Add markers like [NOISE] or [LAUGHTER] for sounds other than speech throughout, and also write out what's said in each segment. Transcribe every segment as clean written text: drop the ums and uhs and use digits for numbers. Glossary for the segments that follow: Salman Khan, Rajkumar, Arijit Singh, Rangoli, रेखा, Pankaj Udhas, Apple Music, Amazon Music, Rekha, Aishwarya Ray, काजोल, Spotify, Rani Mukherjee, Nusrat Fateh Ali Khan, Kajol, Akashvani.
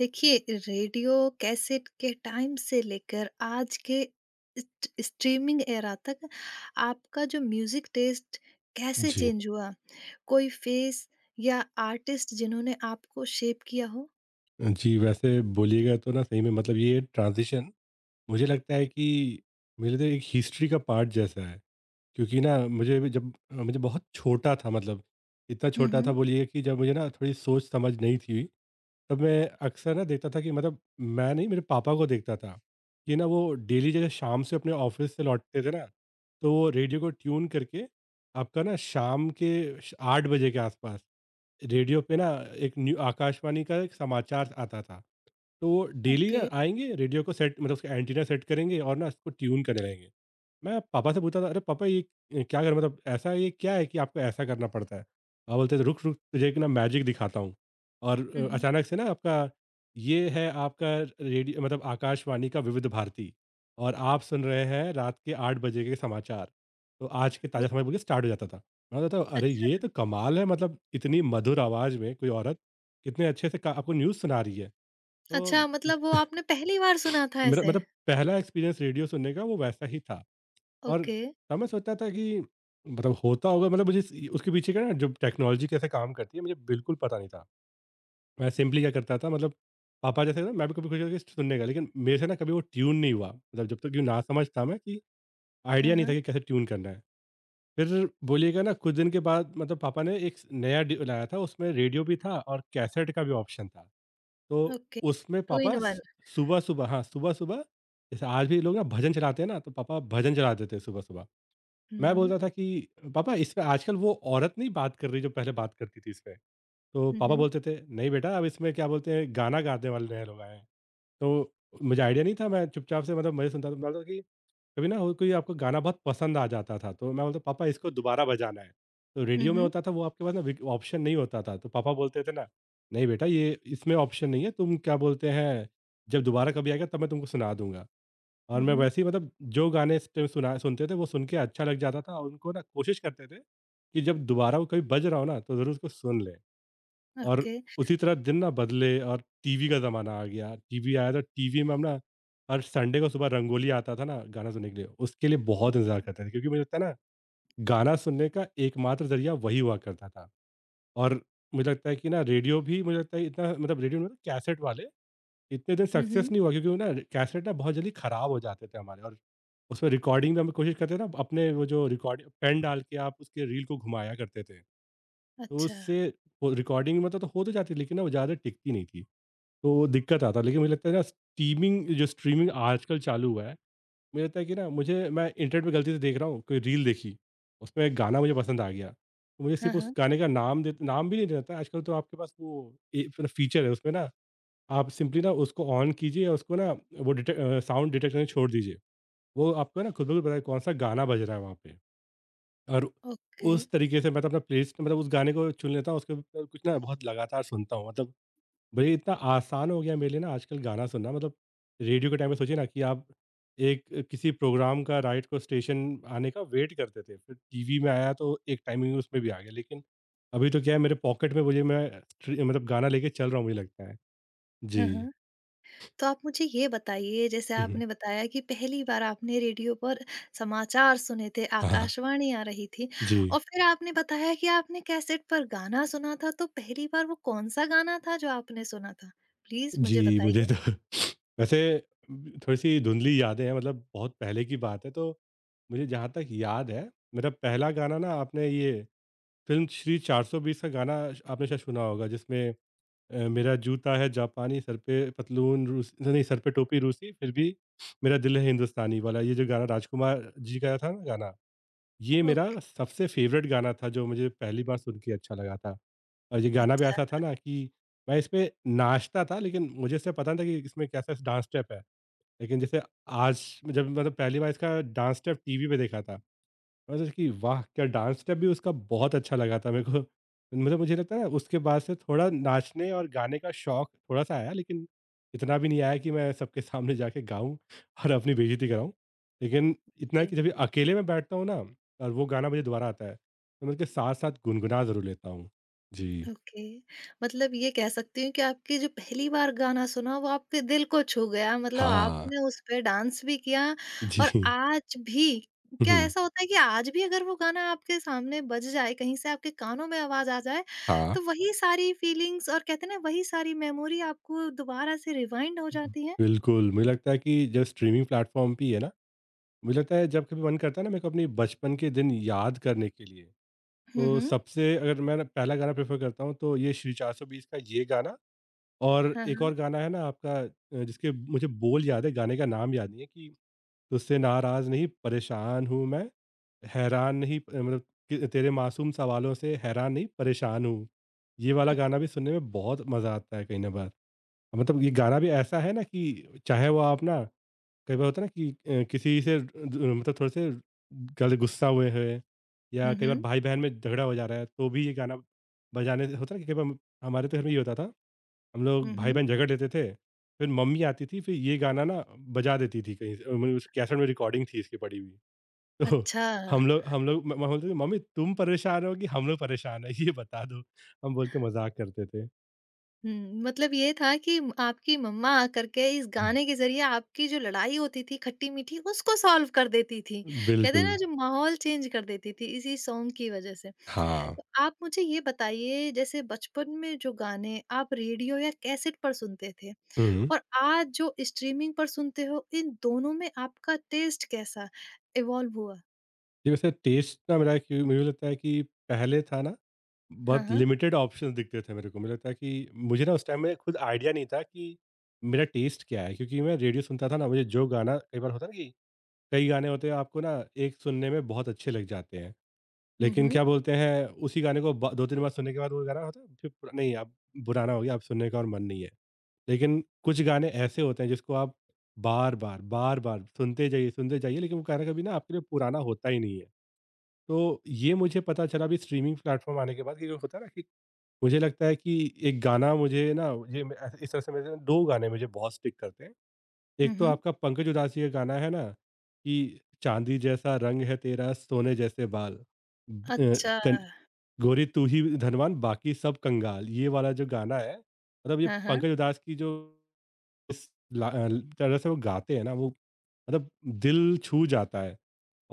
देखिए, radio cassette के time से लेकर आज के streaming era तक आपका जो music taste कैसे जी। चेंज हुआ? कोई फेस या आर्टिस्ट जिन्होंने आपको शेप किया हो? जी, वैसे बोलिएगा तो ना सही में मतलब ये ट्रांज़िशन मुझे लगता है कि मेरे लिए तो एक हिस्ट्री का पार्ट जैसा है। क्योंकि ना मुझे भी जब मुझे बहुत छोटा था मतलब इतना छोटा था हम्म। बोलिए कि जब मुझे ना थोड़ी सोच-समझ नहीं थी, तब मैं अक्सर ना देखता था कि मतलब मैं नहीं मेरे पापा को देखता था, कि ना वो डेली जैसे शाम से अपने ऑफ़िस से लौटते थे ना, तो वो रेडियो को ट्यून करके आपका ना शाम के श 8 बजे के आसपास रेडियो पे ना एक न्यू आकाशवाणी का एक समाचार आता था। तो डेली ओके। ना आएँगे, रेडियो को सेट मतलब उसका एंटीना सेट करेंगे और ना इसको ट्यून करने रहेंगे। मैं पापा से पूछता था, "अरे पापा ये क्या कर मतलब ऐसा है ये क्या है कि आपको ऐसा करना पड़ता है?" पापा बोलते थे, "रुक, रुक तुझे एक ना मैजिक दिखाता हूँ।" और हम्म। अचानक से ना आपका ये है आपका रेडियो मतलब आकाशवाणी का विविध भारती और आप सुन रहे हैं रात के 8 बजे के समाचार। तो आज के ओ, ताज़ा समाचार बोल के स्टार्ट हो जाता था। मैं बोलता था, "अरे अच्छा। ये तो कमाल है मतलब इतनी मधुर आवाज़ में कोई औरत, कितने अच्छे से का आपको न्यूज़ सुना रही है।" तो अच्छा, मतलब वो आपने पहली बार सुना था मेरा ऐसे? मतलब पहला एक्सपीरियंस रेडियो सुनने का वो वैसा ही था और ओके। तब मैं सोचता था कि मतलब होता होगा मतलब मुझे उसके पीछे का ना जो टेक्नोलॉजी कैसे काम करती है मुझे बिल्कुल पता नहीं था। मैं सिंपली क्या करता था मतलब पापा जैसे ना मैं भी कभी कुछ करके सुनने का लेकिन मेरे से ना कभी वो ट्यून नहीं हुआ मतलब जब तक कि ना समझ था मैं कि हाँ आइडिया नहीं था हाँ। कि कैसे ट्यून करना है। फिर बोलिएगा ना कुछ दिन के बाद मतलब पापा ने एक नया लाया था उसमें रेडियो भी था और कैसेट का भी ऑप्शन था। तो ओके। उसमें टू इन पापा स वन। सुबह-सुबह हाँ, सुबह-सुबह जैसे आज भी लोग ना भजन चलाते हैं ना, तो पापा भजन चला देते हैं सुबह-सुबह। मैं हम्म बोलता था कि, "पापा इसमें आजकल वो औरत नहीं बात कर रही जो पहले बात करती थी इसमें।" तो पापा हम्म बोलते थे, "नहीं बेटा, अब इसमें क्या बोलते हैं गाना गाने वाले नए लोग आए हैं।" तो मुझे आईडिया नहीं था, मैं चुपचाप से मतलब मज़े सुनता था। मैं बोलता था कभी ना हो कोई आपको गाना बहुत पसंद आ जाता था तो मैं बोलता पापा इसको दोबारा बजाना है। तो हम्म। रेडियो में होता था वो आपके पास ना ऑप्शन नहीं होता था तो पापा बोलते थे ना नहीं बेटा ये इसमें ऑप्शन नहीं है तुम क्या बोलते हैं जब दोबारा कभी आएगा तब मैं तुमको सुना दूंगा। और मैं हम्म, वैसे ही मतलब जो गाने इस टाइम सुना सुनते थे वो सुन के अच्छा लग जाता था और उनको ना कोशिश करते थे कि जब दोबारा वो कभी बज रहा हो ना तो ज़रूर उसको सुन ले। और ओके। उसी तरह दिन ना बदले और टीवी का ज़माना आ गया। टीवी आया तो टीवी में हम ना हर संडे को सुबह रंगोली आता था ना गाना सुनने के लिए, उसके लिए बहुत इंतज़ार करते थे क्योंकि मुझे लगता है ना गाना सुनने का एकमात्र ज़रिया वही हुआ करता था। और मुझे लगता है कि ना रेडियो भी मुझे लगता है इतना मतलब रेडियो में कैसेट वाले इतने दिन सक्सेस हम्म। नहीं हुआ क्योंकि वो ना कैसेट ना बहुत जल्दी ख़राब हो जाते थे हमारे और उसमें रिकॉर्डिंग में हम कोशिश करते थे ना अपने वो जो रिकॉर्ड पेन डाल के आप उसके रील को घुमाया करते थे। तो अच्छा। उससे वो रिकॉर्डिंग मतलब तो हो तो जाती थी, लेकिन ना वो ज़्यादा टिकती नहीं थी। तो दिक्कत आता है, लेकिन मुझे लगता है ना स्टीमिंग जो स्ट्रीमिंग आजकल चालू हुआ है, मुझे लगता है कि ना मुझे मैं इंटरनेट पे गलती से देख रहा हूँ, कोई रील देखी, उसमें एक गाना मुझे पसंद आ गया। तो मुझे हाँ सिर्फ़ उस हाँ। गाने का नाम दे नाम भी नहीं रहता है, आजकल तो आपके पास वो ए मतलब फीचर है उसमें ना आप सिंपली ना उसको ऑन कीजिए और उसको ना वो साउंड डिटेक्ट करना छोड़ दीजिए। वो आपको ना खुद ब खुद पता है कौन-सा गाना बज रहा है वहाँ पे। और ओके। उस तरीके से मैं तो अपना प्लेलिस्ट मतलब उस गाने को चुन लेता हूँ, उसके ऊपर कुछ ना बहुत लगातार सुनता हूँ मतलब भई इतना आसान हो गया है मेरे लिए ना आजकल गाना सुनना मतलब रेडियो के टाइम पे सोचिए ना कि आप एक किसी प्रोग्राम का राइट को स्टेशन आने का वेट करते थे। फिर टीवी में आया तो एक टाइमिंग उसमें भी आ गया। लेकिन अभी तो क्या है मेरे पॉकेट में मुझे मैं ट्री मतलब गाना लेके चल रहा हूँ मुझे लगता है। हाँ जी। हाँ। तो आप मुझे ये बताइए, जैसे हुँ, हुँ। आपने बताया कि पहली बार आपने रेडियो पर समाचार सुने थे, हाँ। आकाशवाणी आ रही थी, जी। और फिर आपने बताया कि आपने कैसेट पर गाना सुना था, तो पहली बार वो कौन-सा गाना था जो आपने सुना था? प्लीज़ मुझे जी, मुझे बताइए। तो [LAUGHS] वैसे थोड़ी-सी धुंधली यादें हैं मतलब बहुत पहले की बात है तो मुझे जहाँ तक याद है मेरा पहला गाना ना आपने ये फिल्म श्री 420 का गाना श आपने शायद सुना होगा जिसमें मेरा जूता है जापानी, सर पे पतलून रूस नहीं सर पे टोपी रूसी, फिर भी मेरा दिल है हिंदुस्तानी वाला ये जो गाना राजकुमार जी का था ना गाना, ये मेरा ओके, सबसे फ़ेवरेट गाना था जो मुझे पहली बार सुन के अच्छा लगा था। और ये गाना भी अच्छा, ऐसा था ना कि मैं इस पे नाचता था लेकिन मुझे इससे पता नहीं था कि इसमें कैसा डांस स्टेप है। लेकिन जैसे आज जब मतलब पहली बार इसका डांस स्टेप टीवी पे देखा था। मतलब कि वाह! क्या डांस स्टेप भी उसका बहुत अच्छा लगा था मेरे को। मतलब मुझे लगता है ना उसके बाद से थोड़ा नाचने और गाने का शौक थोड़ा-सा आया लेकिन इतना भी नहीं आया कि मैं सबके सामने जाके गाऊँ और अपनी बेइज़्ज़ती कराऊँ। लेकिन इतना है कि जी। जब भी अकेले में बैठता हूँ ना और वो गाना मुझे दोबारा आता है, तो मैं उसके साथ-साथ गुनगुना ज़रूर लेता हूँ। जी। ओके, मतलब ये कह सकती हूँ कि आपकी जो पहली बार गाना सुना वो आपके दिल को छू गया, मतलब हाँ। आपने उस पे डांस भी किया, और जी। आज भी हुँ, क्या हुँ। ऐसा होता है कि आज भी अगर वो गाना आपके सामने बज जाए, कहीं से आपके कानों में आवाज आ जाए, हाँ। तो वही सारी फीलिंग्स, और कहते हैं ना, वही सारी मेमोरी आपको दोबारा से रिवाइंड हो जाती है। बिल्कुल, मुझे लगता है कि जो स्ट्रीमिंग प्लेटफ़ॉर्म भी है ना, मुझे लगता है जब कभी मन करता है ना मेरे को अपने बचपन के दिन याद करने के लिए तो हम्म। सबसे अगर मैं ना पहला गाना प्रेफ़र करता हूँ तो ये श्री 420 का ये गाना और हाँ एक हाँ। और गाना है ना आपका जिसके मुझे बोल याद है, गाने का नाम याद नहीं है कि तुझसे नाराज़ नहीं परेशान हूँ मैं, हैरान नहीं मतलब कि तेरे मासूम सवालों से हैरान नहीं परेशान हूँ। ये वाला गाना ओके। भी सुनने में बहुत मज़ा आता है कहीं न बार। मतलब ये गाना भी ऐसा है ना कि चाहे वो आप ना कई बार होता है ना कि किसी से मतलब थोड़े से गलत गुस्सा हुए हैं या कई बार हम्म। भाई बहन में झगड़ा हो जा रहा है तो भी ये गाना बजाने से होता है ना कि कई बार हमारे तो घर में ये होता था हम लोग भाई हम्म। बहन झगड़ लेते थे। फिर मम्मी आती थी फिर ये गाना ना बजा देती थी कहीं से मतलब उस कैसेट में रिकॉर्डिंग थी इसकी पड़ी हुई। [LAUGHS] तो अच्छा। हम लोग बोलते थे मम्मी तुम परेशान हो कि हम लोग परेशान है ये बता दो। हम बोल के मजाक करते थे। हुँ, मतलब ये था कि आपकी मम्मा आकर के इस हम्म, गाने के ज़रिए आपकी जो लड़ाई होती थी खट्टी-मीठी उसको सॉल्व कर देती थी। कहते हैं बिल्कुल। ना, जो माहौल चेंज कर देती थी इसी सॉन्ग की वज़ह से। हाँ। तो आप मुझे ये बताइए, जैसे बचपन में जो गाने आप रेडियो या कैसेट पर सुनते थे और आज जो स्ट्रीमिंग पर सुनते हो, इन दोनों में आपका टेस्ट कैसा इवॉल्व हुआ? जी, वैसे टेस्ट ना मेरा कि मुझे लगता है कि पहले था ना, हाँ, बहुत हाँ। लिमिटेड ऑप्शंस दिखते थे मेरे को। मुझे लगता है कि मुझे ना उस टाइम में खुद आइडिया नहीं था कि मेरा टेस्ट क्या है? क्योंकि मैं रेडियो सुनता था ना, मुझे जो गाना कई बार होता है ना कि कई गाने होते हैं आपको ना एक सुनने में बहुत अच्छे लग जाते हैं। हुँ, लेकिन हुँ। क्या बोलते हैं, उसी गाने को ब 2-3 बार सुनने के बाद वो गाना होता है फिर पुर नहीं, अब पुराना हो गया, अब सुनने का और मन नहीं है। लेकिन कुछ गाने ऐसे होते हैं जिसको आप बार-बार, बार-बार सुनते जाइए, सुनते जाइए, लेकिन वो गाना कभी ना आपके लिए पुराना होता ही नहीं है। तो ये मुझे पता चला अभी स्ट्रीमिंग प्लेटफ़ॉर्म आने के बाद कि जो होता है ना कि मुझे लगता है कि एक गाना मुझे ना, ये मैं ऐसे इस तरह से मेरे 2 गाने मुझे बहुत स्टिक करते हैं। हुँ, एक तो हुँ। आपका पंकज उधासी का गाना है ना कि चाँदी जैसा रंग है तेरा सोने जैसे बाल, ब अ, अच्छा। कन गोरी तू ही धनवान बाकी सब कंगाल। ये वाला जो गाना है, मतलब ये हाँ, हाँ। पंकज उधास की जो इस ला अ, तरह से वो गाते हैं ना, वो मतलब दिल छू जाता है।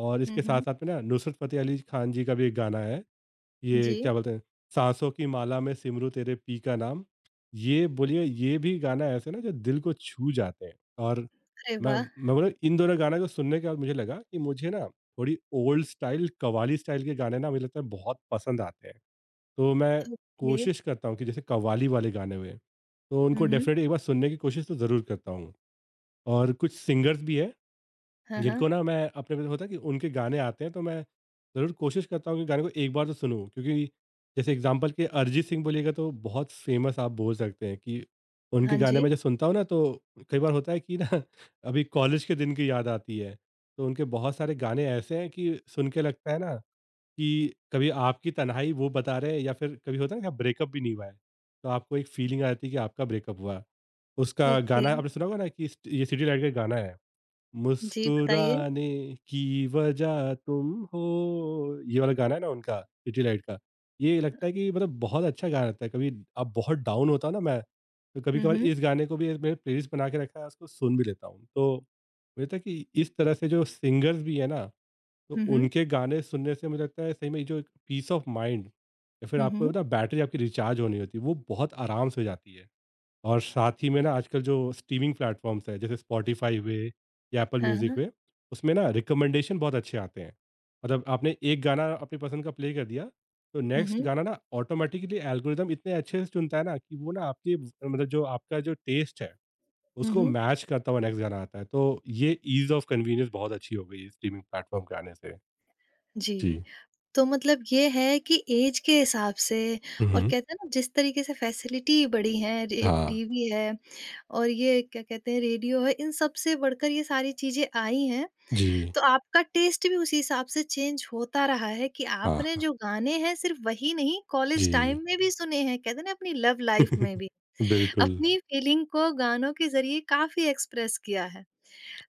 और हुँ, इसके हुँ। साथ-साथ में ना नुसरत फ़तेह अली खान जी का भी एक गाना है, ये जी। क्या बोलते हैं, साँसों की माला में सिमरूँ तेरे पी का नाम। ये बोलिए, ये भी गाना ऐसे ना जो दिल को छू जाते हैं। और अरे मैं वाह! मैं बोला, इन दोनों गाना को सुनने के बाद मुझे लगा कि मुझे ना थोड़ी ओल्ड स्टाइल कव्वाली स्टाइल के गाने ना मुझे लगता है बहुत पसंद आते हैं। तो मैं ये। कोशिश करता हूँ कि जैसे कव्वाली वाले गाने हुए, तो हुँ, उनको हुँ। डेफ़िनेटली एक बार सुनने की कोशिश तो ज़रूर करता हूँ। और कुछ सिंगर्स भी हैं हाँ, हाँ। जिनको ना मैं अपने में होता है कि उनके गाने आते हैं तो मैं ज़रूर कोशिश करता हूँ कि गाने को एक बार तो सुनूँ, क्योंकि जैसे एग्जांपल के अरिजीत सिंह बोलिएगा तो बहुत फेमस, आप बोल सकते हैं कि उनके हाँ गाने जी। मैं जब सुनता हूँ ना तो कई बार होता है कि ना [LAUGHS] अभी कॉलेज के दिन की याद आती है। तो उनके बहुत सारे गाने ऐसे हैं कि सुन के लगता है ना कि कभी आपकी तन्हाई वो बता रहे हैं, या फिर कभी होता है ना कि ब्रेकअप भी नहीं हुआ है तो आपको एक फीलिंग आती है कि आपका ब्रेकअप हुआ। उसका ओके। गाना आपने सुना होगा ना कि ये सिटी लाइट का गाना है, जी, बताइए। मुस्कुराने की वजह तुम हो। ये वाला गाना है ना उनका, सिटी लाइट का। ये लगता है कि, मतलब बहुत अच्छा गाना लगता है। कभी अब बहुत डाउन होता हूँ ना मैं, तो कभी हुँ, कभार हुँ। इस गाने को भी, एक मैंने प्लेलिस्ट बना के रखा है उसको सुन भी लेता हूँ। तो मुझे लगता है कि इस तरह से जो सिंगर्स भी है ना, तो हुँ, हुँ। उनके गाने सुनने से मुझे लगता है सही में ये जो एक पीस ऑफ माइंड या फिर हुँ, आपको हुँ। ना बैटरी आपकी रिचार्ज होनी होती है, वो बहुत आराम से हो जाती है। और साथ ही में ना आजकल जो स्ट्रीमिंग प्लेटफ़ॉर्म्स हैं, जैसे स्पॉटिफ़ाई हुए या एप्पल हाँ, म्यूज़िक हाँ। हुए, उसमें ना रिकमेंडेशन बहुत अच्छे आते हैं। मतलब आपने एक गाना अपनी पसंद का प्ले कर दिया, तो हुँ, नेक्स्ट हुँ। गाना ना ऑटोमैटिकली एल्गोरिदम इतने अच्छे से चुनता है ना कि वो ना आपकी, मतलब जो आपका जो टेस्ट है, हुँ, उसको हुँ। मैच करता हुआ नेक्स्ट गाना आता है। तो ये ईज़ ऑफ कन्वीनियंस बहुत अच्छी हो गई है स्ट्रीमिंग प्लेटफ़ॉर्म के आने से। जी, जी। तो मतलब ये है कि ऐज के हिसाब से हुँ, और हुँ। कहते हैं ना, जिस तरीके से फैसिलिटी बढ़ी हैं, रे हाँ। टीवी है और ये क्या कहते हैं रेडियो है, इन सब से बढ़कर ये सारी चीज़ें आई हैं, जी। तो आपका टेस्ट भी उसी हिसाब से चेंज होता रहा है कि आपने हाँ। जो गाने हैं सिर्फ़ वही नहीं, कॉलेज जी। टाइम में भी सुने हैं, कहते हैं ना, अपनी लव लाइफ़ में [LAUGHS] भी। बिल्कुल। अपनी फीलिंग को गानों के ज़रिए काफ़ी एक्सप्रेस किया है।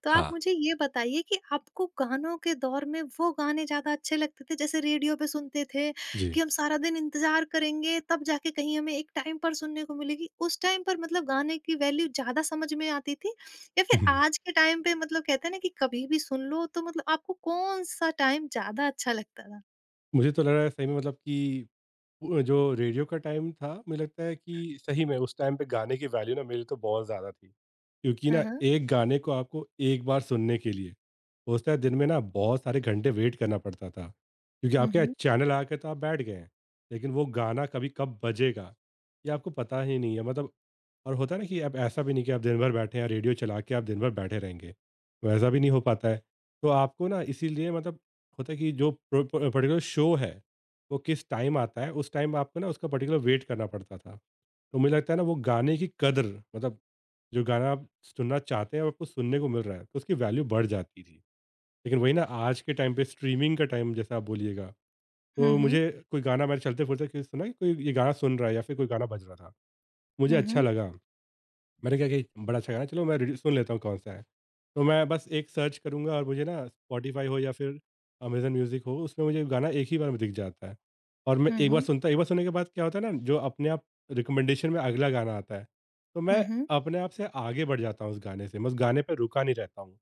तो आप हाँ। मुझे ये बताइए कि आपको गानों के दौर में वो गाने ज़्यादा अच्छे लगते थे जैसे रेडियो पे सुनते थे जी। कि हम सारा दिन इंतज़ार करेंगे, तब जाके कहीं हमें एक टाइम पर सुनने को मिलेगी? उस टाइम पर मतलब गाने की वैल्यू ज़्यादा समझ में आती थी? या फिर [LAUGHS] आज के टाइम पे, मतलब कहते हैं ना कि कभी भी सुन लो, तो मतलब आपको कौन-सा टाइम ज़्यादा अच्छा लगता था? मुझे तो लग रहा है सही में, मतलब कि वो जो रेडियो का टाइम था, मुझे लगता है कि सही में उस टाइम पे गाने की वैल्यू ना मेरे लिए तो बहुत ज़्यादा थी। क्योंकि हाँ, ना हाँ। एक गाने को आपको एक बार सुनने के लिए, होता है, दिन में ना बहुत सारे घंटे वेट करना पड़ता था। क्योंकि हुँ, आपके यहाँ हुँ। चैनल आ के तो आप बैठ गए हैं, लेकिन वो गाना कभी कब बजेगा, ये आपको पता ही नहीं है। मतलब, और होता है ना कि अब ऐसा भी नहीं कि आप दिन भर बैठे हैं, रेडियो चला के आप दिन भर बैठे रहेंगे, वैसा भी नहीं हो पाता है। तो आपको ना इसीलिए, मतलब होता है कि जो प्रो प पर्टिकुलर शो है वो किस टाइम आता है, उस टाइम आपको ना उसका पर्टिकुलर वेट करना पड़ता था। तो मुझे लगता है ना वो गाने की कदर, मतलब जो गाना आप सुनना चाहते हैं और आपको सुनने को मिल रहा है तो उसकी वैल्यू बढ़ जाती थी। लेकिन वही ना, आज के टाइम पे स्ट्रीमिंग का टाइम जैसा आप बोलिएगा, हुँ, तो हुँ। मुझे कोई गाना मैंने चलते-फिरते कहीं सुना कि कोई ये गाना सुन रहा है या फिर कोई गाना बज रहा था। मुझे हुँ, अच्छा हुँ। लगा। मैंने कहा कि बड़ा अच्छा गाना है, चलो मैं सुन लेता हूँ कौन सा है, तो मैं बस एक सर्च करूँगा और मुझे ना स्पॉटिफाई हो या फिर अमेजन म्यूजिक हो, उसमें मुझे गाना एक ही बार में दिख जाता है। और मैं हुँ, हुँ। एक बार सुनने के बाद क्या होता है ना, जो अपने आप रिकमेंडेशन में अगला गाना आता है, तो हुँ, मैं हुँ। अपने आप से आगे बढ़ जाता हूँ उस गाने से, मैं उस गाने पर रुका नहीं रहता हूँ।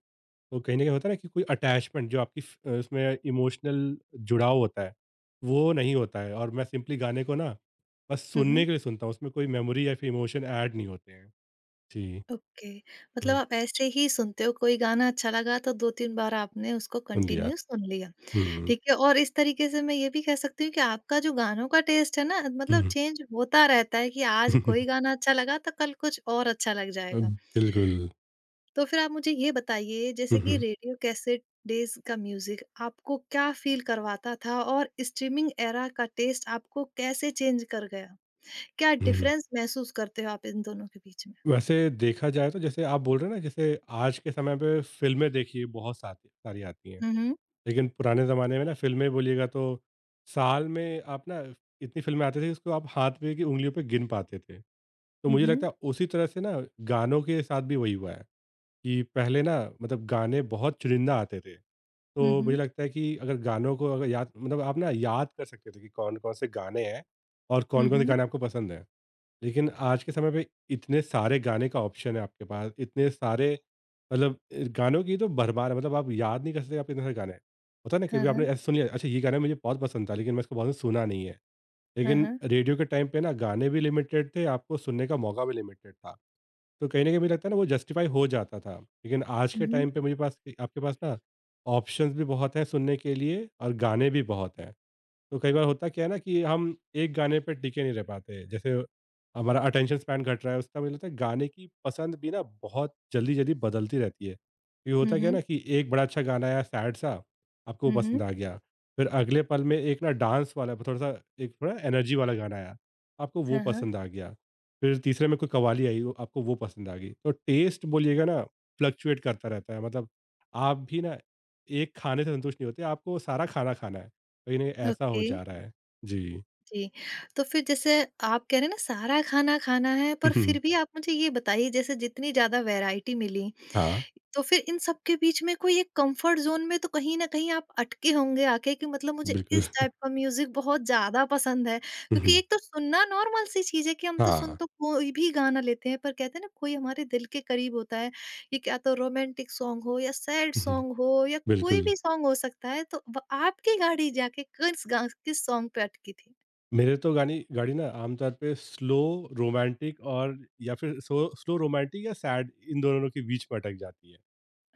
तो कहीं ना कहीं होता है ना कि कोई अटैचमेंट जो आपकी उसमें इमोशनल जुड़ाव होता है, वो नहीं होता है, और मैं सिंपली गाने को ना बस हुँ, सुनने हुँ। के लिए सुनता हूँ, उसमें कोई मेमोरी या फिर इमोशन ऐड नहीं होते हैं। जी। ओके, मतलब हुँ, आप ऐसे ही सुनते हो, कोई गाना अच्छा लगा तो 2-3 बार आपने उसको सुन लिया। कंटिन्यू सुन लिया। हुँ, ठीक है, और इस तरीके से मैं ये भी कह सकती हूँ कि आपका जो गानों का टेस्ट है ना, मतलब हुँ। चेंज होता रहता है कि आज कोई [LAUGHS] गाना अच्छा लगा तो कल कुछ और अच्छा लग अ, जाएगा। बिल्कुल। तो फिर आप मुझे ये बताइए हुँ, जैसे कि हुँ, रेडियो कैसेट डेज़ का म्यूज़िक आपको क्या फ़ील करवाता था और स्ट्रीमिंग एरा का टेस्ट आपको कैसे चेंज कर गया? क्या हुँ। डिफ़रेंस महसूस करते हो आप इन दोनों के बीच में? वैसे देखा जाए तो जैसे आप बोल रहे हैं ना, जैसे आज के समय पे फ़िल्में देखिए बहुत साथ सारी आती हैं। हुँ, हुँ। लेकिन पुराने ज़माने में ना फ़िल्में बोलिएगा तो, साल में आप ना इतनी फ़िल्में आती थी उसको आप हाथ पे की उँगलियों पे गिन पाते थे। तो हुँ, मुझे हुँ। लगता है उसी तरह से ना गानों के साथ भी वही हुआ है, कि पहले ना, मतलब गाने बहुत चुनिंदा आते थे। हुँ, तो मुझे हुँ। लगता है कि अगर गानों को अगर याद, मतलब आप ना याद कर सकते थे कि कौन-कौन से गाने हैं और हुँ, कौन-कौन से हुँ। गाने आपको पसंद हैं। लेकिन आज के समय पे इतने सारे गाने का ऑप्शन है आपके पास, इतने सारे, मतलब गानों की तो भरमार है, मतलब आप याद नहीं कर सकते, आप इतने सारे गाने हैं। होता है ना हाँ, कभी आपने हाँ। ऐसा सुन लिया, अच्छा, ये गाना मुझे बहुत पसंद था लेकिन मैं इसको बहुत दिन सुना नहीं है। हाँ, लेकिन हाँ। रेडियो के टाइम पे ना गाने भी लिमिटेड थे, आपको सुनने का मौका भी लिमिटेड था। तो कहीं न कहीं मुझे लगता है ना वो जस्टिफ़ाई हो जाता था। लेकिन आज हुँ, के हुँ। टाइम पे मुझे पास, आपके पास ना ऑप्शंस भी बहुत हैं सुनने के लिए और गाने भी बहुत हैं। तो कई बार होता क्या है ना कि हम एक गाने पे टिके नहीं रह पाते। जैसे हमारा अटेंशन स्पैन घट रहा है, उसका मुझे लगता है गाने की पसंद भी ना बहुत जल्दी-जल्दी बदलती रहती है। तो ये हुँ, होता क्या है हुँ। ना कि एक बड़ा अच्छा गाना आया सैड सा, आपको हुँ, वो पसंद हुँ। आ गया। फिर अगले पल में एक ना डांस वाला, थोड़ा-सा एक थोड़ा एनर्जी वाला गाना आया, आपको वो हाँ, हाँ। पसंद आ गया। फिर तीसरे में कोई कव्वाली आई, वो आपको वो पसंद आ गई। तो टेस्ट बोलिएगा ना फ्लक्चुएट करता रहता है। मतलब आप भी ना एक खाने से संतुष्ट नहीं होते, आपको सारा खाना खाना है। कहीं न कहीं ऐसा हो ओके, जा रहा है। जी। जी। तो फिर जैसे आप कह रहे हैं ना, सारा खाना खाना है, पर फिर भी [LAUGHS] आप मुझे ये बताइए, जैसे जितनी ज़्यादा वैरायटी मिली, हाँ, तो फिर इन सब के बीच में कोई एक कंफर्ट ज़ोन में तो कहीं न कहीं आप अटके होंगे आके कि मतलब मुझे बिल्कुल। इस टाइप का म्यूज़िक बहुत ज़्यादा पसंद है। क्योंकि एक तो [LAUGHS] सुनना नॉर्मल सी चीज़ है कि हम तो सुन हाँ। तो कोई भी गाना लेते हैं, पर कहते हैं ना, कोई हमारे दिल के करीब होता है। ये क्या, तो रोमांटिक सॉन्ग हो या सैड [LAUGHS] सॉन्ग हो या कोई बिल्कुल। भी सॉन्ग हो सकता है, तो व आपकी गाड़ी जाके किस गा किस सॉन्ग पे अटकी थी? मेरे तो गानी गाड़ी ना आमतौर पे स्लो रोमांटिक, और या फिर सो स्लो रोमांटिक या सैड, इन दोनों के बीच में अटक जाती है।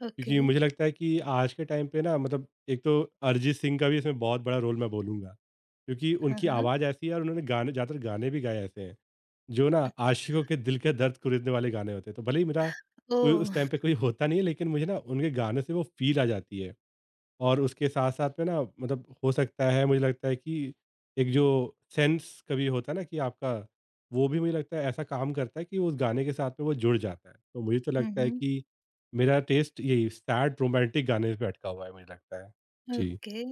ओके। क्योंकि मुझे लगता है कि आज के टाइम पे ना, मतलब एक तो अरिजीत सिंह का भी इसमें बहुत बड़ा रोल, मैं बोलूँगा। क्योंकि हाँ, उनकी हाँ। आवाज़ ऐसी है और उन्होंने गाने ज़्यादातर गाने भी गाए ऐसे हैं, जो ना अच्छा। आशिकों के दिल के दर्द कुरेदने वाले गाने होते हैं। तो भले ही मेरा कोई उस टाइम ओह! पे कोई होता नहीं है, लेकिन मुझे ना उनके गाने से वो फ़ील आ जाती है। और उसके साथ-साथ में ना, मतलब हो सकता है, मुझे लगता है कि एक जो सेंस कभी होता है ना कि आपका, वो भी मुझे लगता है ऐसा काम करता है कि उस गाने के साथ में वो जुड़ जाता है। तो मुझे तो हुँ, लगता है हुँ। कि मेरा टेस्ट यही सैड रोमांटिक गाने पे अटका हुआ है, मुझे लगता है। जी। ओके,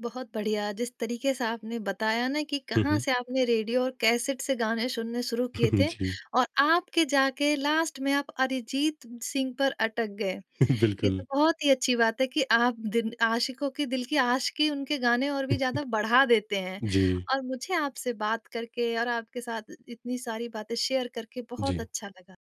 बहुत बढ़िया। जिस तरीके से आपने बताया ना कि हुँ, कहाँ हुँ। से आपने रेडियो और कैसेट से गाने सुनने शुरू किए [LAUGHS] थे, जी। और आपके जाके लास्ट में आप अरिजीत सिंह पर अटक गए। [LAUGHS] ये बिल्कुल। तो बहुत ही अच्छी बात है कि आप दिल आशिकों की दिल की आशिकी उनके गाने और भी [LAUGHS] ज़्यादा बढ़ा देते हैं। जी, और मुझे आपसे बात करके और आपके साथ इतनी सारी बातें शेयर करके बहुत जी। अच्छा लगा।